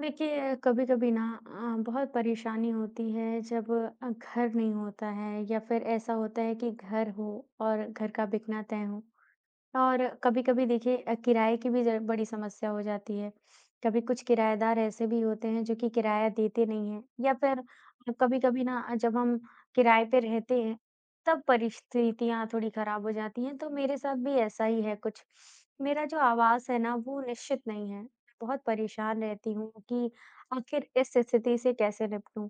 देखिए, कभी-कभी ना बहुत परेशानी होती है जब घर नहीं होता है या फिर ऐसा होता है कि घर हो और घर का बिकना तय हो। और कभी-कभी देखिए किराए की भी ज बड़ी समस्या हो जाती है। कभी कुछ किराएदार ऐसे भी होते हैं जो कि किराया देते नहीं हैं या फिर कभी-कभी ना जब हम किराए पे रहते हैं, तब परिस्थितियाँ थोड़ी ख़राब हो जाती हैं, तो मेरे साथ भी ऐसा ही है कुछ। मेरा जो आवास है ना वो निश्चित नहीं है। बहुत परेशान रहती हूँ कि आखिर इस स्थिति से कैसे निपटूँ?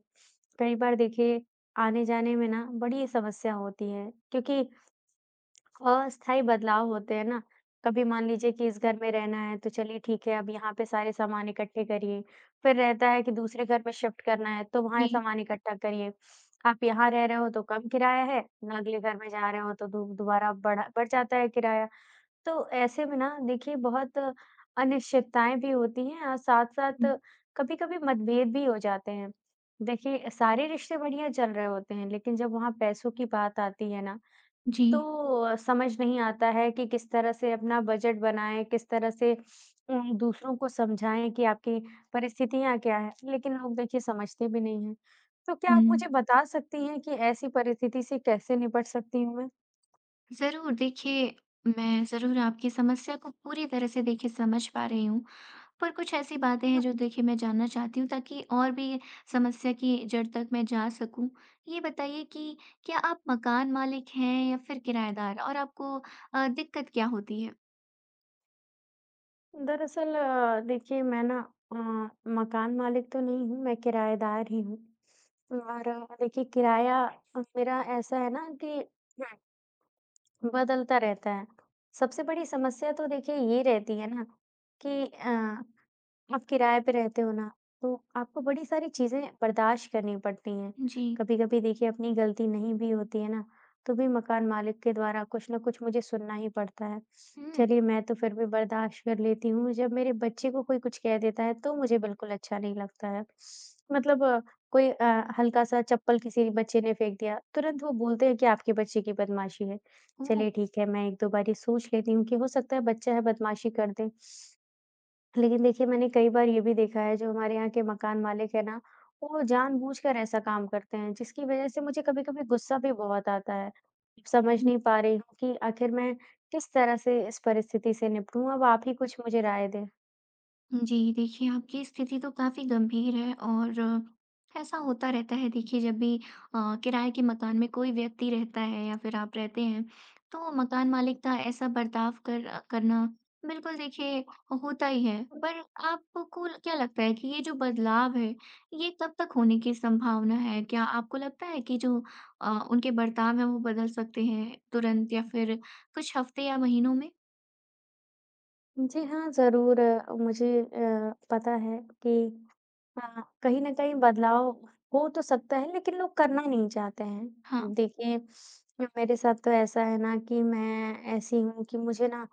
कई बार देखिए आने-जाने में ना बड़ी समस्या होती है क्योंकि अस्थायी बदलाव होते हैं ना, कभी मान लीजिए कि इस घर में रहना है तो चलिए ठीक है अब यहाँ पे सारे सामान इकट्ठे करिए, फिर रहता है कि दूसरे घर में शिफ्ट करना है तो वहाँ जी। सामान इकट्ठा करिए। आप यहाँ रह रहे हो तो कम किराया है, ना, अगले घर में जा रहे हो तो दु दोबारा बढ़ जाता है किराया। तो ऐसे में ना देखिए बहुत अनिश्चितताएँ भी होती हैं और हुँ। साथ-साथ कभी-कभी मतभेद भी हो जाते हैं। देखिए सारे रिश्ते बढ़िया चल रहे होते हैं, लेकिन जब वहाँ पैसों की बात आती है ना, जी। तो समझ नहीं आता है कि किस तरह से अपना बजट बनाएँ, किस तरह से दूसरों को समझाएँ कि आपकी परिस्थितियाँ क्या हैं, लेकिन लोग देखिए समझते भी नहीं हैं। तो क्या हुँ। आप मुझे बता सकती हैं कि ऐसी परिस्थिति से कैसे निपट सकती हूँ ज़रूर देखिए, मैं ज़रूर आपकी समस्या को पूरी तरह से देखिए समझ पा रही हूँ, पर कुछ ऐसी बातें हैं जो मैं? देखिए मैं जानना चाहती हूँ ताकि और भी समस्या की जड़ तक मैं जा सकूँ। ये बताइए कि क्या आप मकान मालिक हैं या फिर किराएदार और आपको दिक्कत क्या होती है? दरअसल देखिए मैं ना अ, मकान मालिक तो नहीं हूँ, मैं किराएदार ही हूँ और देखिए किराया मेरा ऐसा है ना कि बदलता रहता है। सबसे बड़ी समस्या तो देखिए ये रहती है ना कि आप किराए पे रहते हो ना, तो आपको बड़ी सारी चीज़ें बर्दाश्त करनी पड़ती हैं। जी। कभी-कभी देखिए अपनी गलती नहीं भी होती है ना, तो भी मकान मालिक के द्वारा कुछ न कुछ मुझे सुनना ही पड़ता है। हुँ। चलिए मैं तो फिर भी बर्दाश्त कर लेती हूँ, जब मेरे बच्चे को कोई कुछ कह देता है तो मुझे बिल्कुल अच्छा नहीं लगता है। मतलब कोई हल्का-सा चप्पल किसी बच्चे ने फेंक दिया, तुरंत वो बोलते हैं कि आपके बच्चे की बदमाशी है। ओह! चलिए ठीक है, मैं 1-2 बारी सोच लेती हूँ कि हो सकता है बच्चा है बदमाशी कर दे। लेकिन देखिए मैंने कई बार ये भी देखा है जो हमारे यहाँ के मकान मालिक है ना, वो जानबूझकर ऐसा काम करते हैं जिसकी वज़ह से मुझे कभी-कभी गुस्सा भी बहुत आता है। समझ नहीं पा रही हूँ कि आखिर मैं किस तरह से इस परिस्थिति से निपटूँ? अब आप ही कुछ मुझे राय दें। जी, देखिए आपकी स्थिति तो काफ़ी गंभीर है और ऐसा होता रहता है देखिए जब भी किराए के मकान में कोई व्यक्ति रहता है या फिर आप रहते हैं, तो मकान मालिक का ऐसा बर्ताव कर करना बिल्कुल देखिए होता ही है। पर आपको क्या लगता है कि ये जो बदलाव है, ये कब तक होने की संभावना है? क्या आपको लगता है कि जो उनके बर्ताव हैं वो बदल सकते हैं तुरंत या फिर कुछ हफ्ते या महीनों में? जी हाँ, ज़रूर मुझे पता है कि कहीं न कहीं बदलाव हो तो सकता है लेकिन लोग करना नहीं चाहते हाँ। हैं। देखिए, मेरे साथ तो ऐसा है ना कि मैं ऐसी हूँ कि मुझे ना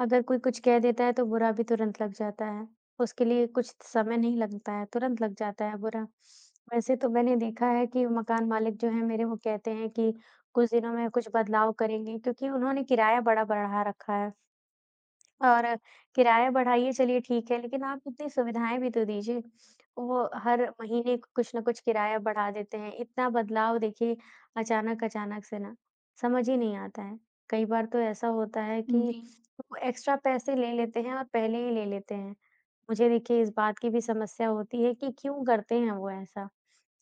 अगर कोई कुछ कह देता है तो बुरा भी तुरंत लग जाता है। उसके लिए कुछ समय नहीं लगता है, तुरंत लग जाता है बुरा। वैसे तो मैंने देखा है कि मकान मालिक जो हैं मेरे वो कहते हैं कि कुछ दिनों में कुछ बदलाव करेंगे क्योंकि उन्होंने किराया बड़ा बढ़ा रखा है। और किराया बढ़ाइए चलिए ठीक है, लेकिन आप इतनी सुविधाएँ भी तो दीजिए। वो हर महीने कुछ न कुछ किराया बढ़ा देते हैं। इतना बदलाव देखिए अचानक-अचानक से ना, समझ ही नहीं आता है। कई बार तो ऐसा होता है कि जी। वो एक्स्ट्रा पैसे ले लेते हैं और पहले ही ले लेते हैं। मुझे देखिए इस बात की भी समस्या होती है कि क्यों करते हैं वो ऐसा?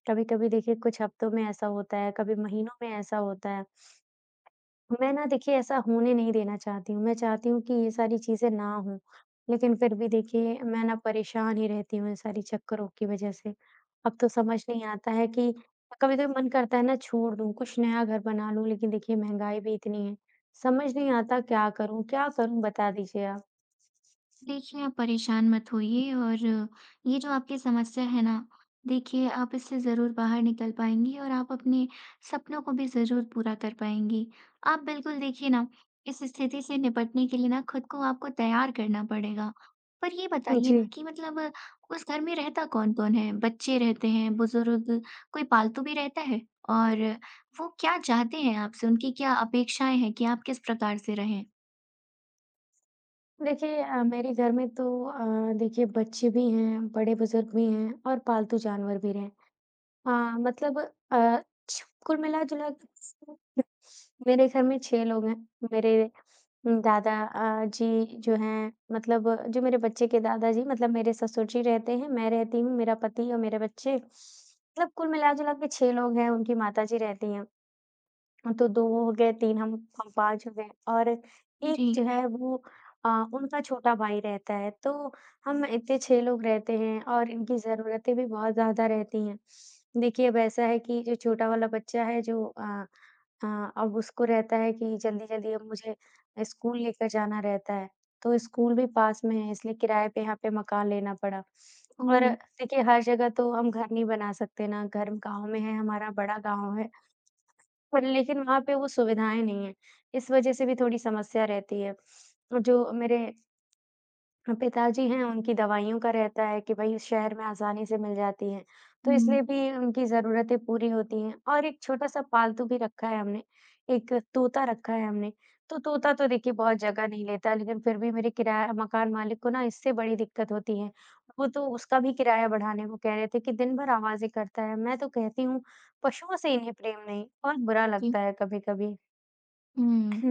कभी-कभी देखिए कुछ हफ्तों में ऐसा होता है, कभी महीनों में ऐसा होता है। मैं ना देखिए ऐसा होने नहीं देना चाहती हूँ। मैं चाहती हूँ कि ये सारी चीज़ें ना हों, लेकिन फिर भी देखिए मैं ना परेशान ही रहती हूँ इन सारी चक्करों की वज़ह से। अब तो समझ नहीं आता है कि कभी तो मन करता है ना छोड़ दूँ, कुछ नया घर बना लूँ, लेकिन देखिए महँगाई भी इतनी है। समझ नहीं आता क्या करूँ बता दीजिए आप? देखिए, आप परेशान मत जी। होइए और ये जो आपकी समस्या है ना, देखिए आप इससे ज़रूर बाहर निकल पाएँगी और आप अपने सपनों को भी ज़रूर पूरा कर पाएँगी। आप बिल्कुल देखिए ना, इस स्थिति से निपटने के लिए ना खुद को आपको तैयार करना पड़ेगा। पर ये बताइए जी। ना कि मतलब उस घर में रहता कौन-कौन है? बच्चे रहते हैं, बुज़ुर्ग, कोई पालतू भी रहता है? और वो क्या चाहते हैं आपसे? उनकी क्या अपेक्षाएँ हैं कि आप किस प्रकार से रहें? देखिए मेरे घर में तो देखिए बच्चे भी हैं, बड़े-बुज़ुर्ग भी हैं और पालतू जानवर भी रह हाँ, मतलब अ, छ कुल मिला-जुला के मेरे घर में 6 लोग हैं। मेरे दादा जी जो हैं मतलब जो मेरे बच्चे के दादाजी मतलब मेरे ससुर जी रहते हैं, मैं रहती हूँ, मेरा पति और मेरे बच्चे। मतलब कुल मिला-जुला के 6 लोग हैं, उनकी माताजी रहती हैं। हाँ, तो 2 हो गए, 3 हम 5 हो गए और एक जी। जो है वो अ, उनका छोटा भाई रहता है, तो हम इतने 6 लोग रहते हैं और इनकी ज़रूरतें भी बहुत ज़्यादा रहती हैं। देखिए, अब ऐसा है कि जो छोटा वाला बच्चा है जो अब उसको रहता है कि जल्दी-जल्दी अब मुझे स्कूल लेकर जाना रहता है, तो स्कूल भी पास में है इसलिए किराए पे यहाँ पे मकान लेना पड़ा। और ओह! देखिए, हर जगह तो हम घर नहीं बना सकते ना, घर गाँव में है, हमारा बड़ा गाँव है। पर लेकिन वहाँ पे वो सुविधाएँ नहीं हैं, इस वजह से भी थोड़ी समस्या रहती है। जो मेरे पिताजी हैं, उनकी दवाइयों का रहता है कि भई शहर में आसानी से मिल जाती हैं, तो हुँ। इसलिए भी उनकी ज़रूरतें पूरी होती हैं और एक छोटा-सा पालतू भी रखा है हमने, एक तोता रखा है हमने। तो तोता तो देखिए बहुत जगह नहीं लेता लेकिन फिर भी मेरे किराया मकान मालिक को ना इससे बड़ी दिक्कत होती है। वो तो उसका भी किराया बढ़ाने को कह रहे थे कि दिन भर आवाज़ें करता है, मैं तो कहती हूँ पशुओं से इन्हें प्रेम नहीं, बहुत बुरा जी। लगता है कभी-कभी। हुँ।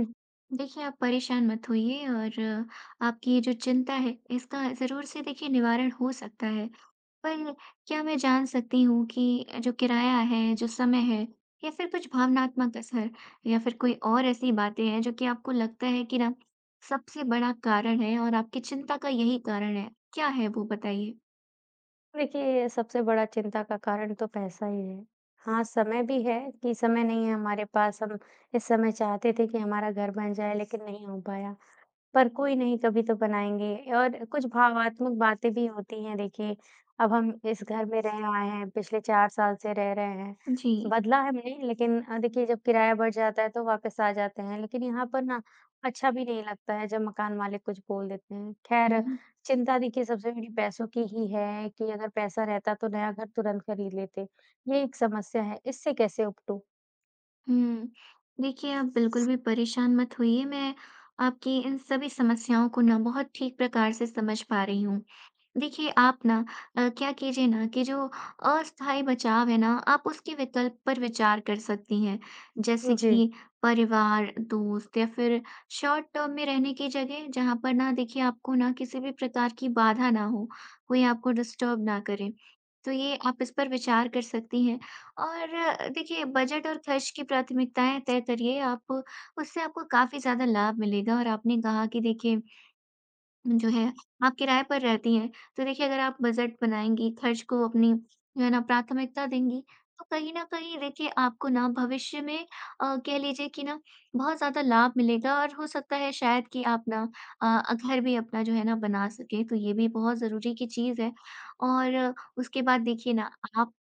देखिए, आप परेशान मत होइए और आपकी ये जो चिंता है, इसका ज़रूर से देखिए निवारण हो सकता है। पर क्या मैं जान सकती हूँ कि जो किराया है, जो समय है या फिर कुछ भावनात्मक असर या फिर कोई और ऐसी बातें हैं जो कि आपको लगता है कि ना सबसे बड़ा कारण है और आपकी चिंता का यही कारण है? क्या है वो बताइए? देखिए, सबसे बड़ा चिंता का कारण तो पैसा ही है। हाँ, समय भी है कि समय नहीं है हमारे पास, हम इस समय चाहते थे कि हमारा घर बन जाए लेकिन नहीं हो पाया। पर कोई नहीं कभी तो बनाएँगे और कुछ भावात्मक बातें भी होती हैं देखिए, अब हम इस घर में रह आए हैं, पिछले 4 साल से रह रहे हैं, जी। बदला हमने लेकिन देखिए जब किराया बढ़ जाता है तो वापस आ जाते हैं, लेकिन यहाँ पर ना अच्छा भी नहीं लगता है जब मकान मालिक कुछ बोल देते हैं। ख़ैर हुँ। चिंता देखिए सबसे बड़ी पैसों की ही है कि अगर पैसा रहता तो नया घर तुरंत खरीद लेते, ये एक समस्या है, इससे कैसे उपटूँ? हुँ। देखिए, आप बिल्कुल भी परेशान मत होइए, मैं आपकी इन सभी समस्याओं को ना बहुत ठीक प्रकार से समझ पा रही हूँ। देखिए, आप ना क्या कीजिए ना कि जो अस्थायी बचाव है ना, आप उसके विकल्प पर विचार कर सकती हैं। जैसे जी। कि परिवार, दोस्त या फिर शॉर्ट टर्म में रहने की जगह, जहाँ पर ना देखिए आपको ना किसी भी प्रकार की बाधा ना हो, कोई आपको डिस्टर्ब ना करे। तो ये आप इस पर विचार कर सकती हैं और देखिए बजट और खर्च की प्राथमिकताएँ तय करिए आप, उससे आपको काफ़ी ज़्यादा लाभ मिलेगा। और आपने कहा कि देखिए, जो है आप किराए पर रहती हैं, तो देखिए अगर आप बजट बनाएँगी, खर्च को अपनी जो है ना प्राथमिकता देंगी, तो कहीं न कहीं देखिए आपको ना भविष्य में कह लीजिए कि ना बहुत ज़्यादा लाभ मिलेगा, और हो सकता है शायद कि आप ना घर भी अपना जो है ना बना सकें, तो ये भी बहुत ज़रूरी की चीज़ है। और उसके बाद देखिए ना आप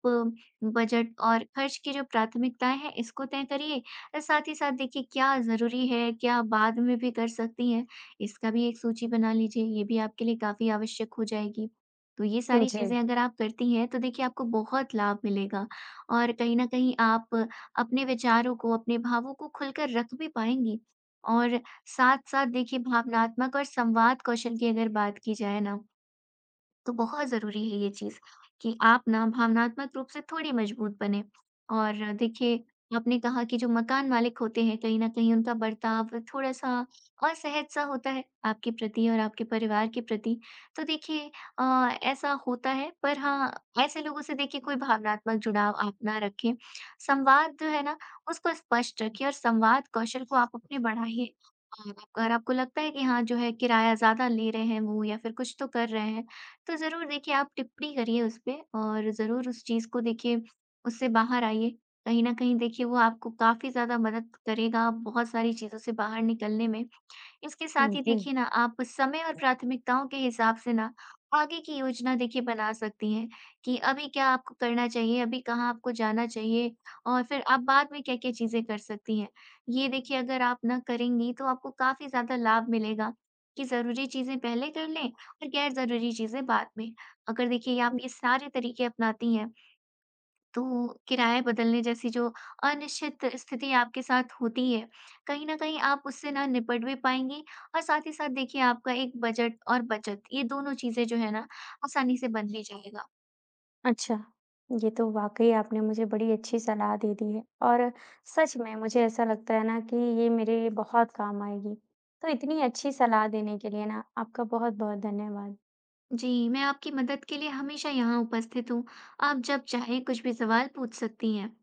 बजट और खर्च की जो प्राथमिकताएँ हैं इसको तय करिए। साथ ही साथ देखिए क्या ज़रूरी है, क्या बाद में भी कर सकती हैं। इसका भी एक सूची बना लीजिए, ये भी आपके लिए काफ़ी आवश्यक हो जाएगी। तो ये सारी जी। चीज़ें अगर आप करती हैं, तो देखिए आपको बहुत लाभ मिलेगा और कहीं न कहीं आप अपने विचारों को, अपने भावों को खुलकर रख भी पाएँगी। और साथ-साथ देखिए भावनात्मक और संवाद कौशल की अगर बात की जाए ना, तो बहुत ज़रूरी है ये चीज़ कि आप ना भावनात्मक रूप से थोड़ी मजबूत बनें। और देखिए, आपने कहा कि जो मकान मालिक होते हैं, कहीं न कहीं उनका बर्ताव थोड़ा-सा असहज-सा होता है आपके प्रति और आपके परिवार के प्रति। तो देखिए अ, ऐसा होता है, पर हाँ, ऐसे लोगों से देखिए कोई भावनात्मक जुड़ाव आप ना रखें। संवाद जो है ना, उसको स्पष्ट रखिए और संवाद कौशल को आप अपने बढ़ाइए। और अगर आपको लगता है कि हाँ, जो है किराया ज़्यादा ले रहे हैं वो या फिर कुछ तो कर रहे हैं, तो ज़रूर देखिए आप टिप्पणी करिए उसपे और ज़रूर उस चीज़ को देखिए, उससे बाहर आइए। कहीं न कहीं देखिए वो आपको काफ़ी ज़्यादा मदद करेगा बहुत सारी चीज़ों से बाहर निकलने में। इसके साथ हुँ, ही जी। देखिए ना आप समय और प्राथमिकताओं के हिसाब से ना आगे की योजना देखिए बना सकती हैं कि अभी क्या आपको करना चाहिए, अभी कहाँ आपको जाना चाहिए और फिर आप बाद में क्या-क्या चीज़ें कर सकती हैं। ये देखिए अगर आप ना करेंगी तो आपको काफ़ी ज़्यादा लाभ मिलेगा कि ज़रूरी चीज़ें पहले कर लें और गैर ज़रूरी चीज़ें बाद में। अगर देखिए आप ये सारे तरीके अपनाती हैं, तो किराए बदलने जैसी जो अनिश्चित स्थिति आपके साथ होती है, कहीं न कहीं आप उससे ना निपट भी पाएँगी और साथ ही साथ देखिए आपका एक बजट और बचत, ये दोनों चीज़ें जो है ना आसानी से बन भी जाएगा। अच्छा, ये तो वाक़ई आपने मुझे बड़ी अच्छी सलाह दे दी है और सच में मुझे ऐसा लगता है ना कि ये मेरे बहुत काम आएगी। तो इतनी अच्छी सलाह देने के लिए ना आपका बहुत-बहुत धन्यवाद। जी, मैं आपकी मदद के लिए हमेशा यहाँ उपस्थित हूँ। आप जब चाहें कुछ भी सवाल पूछ सकती हैं।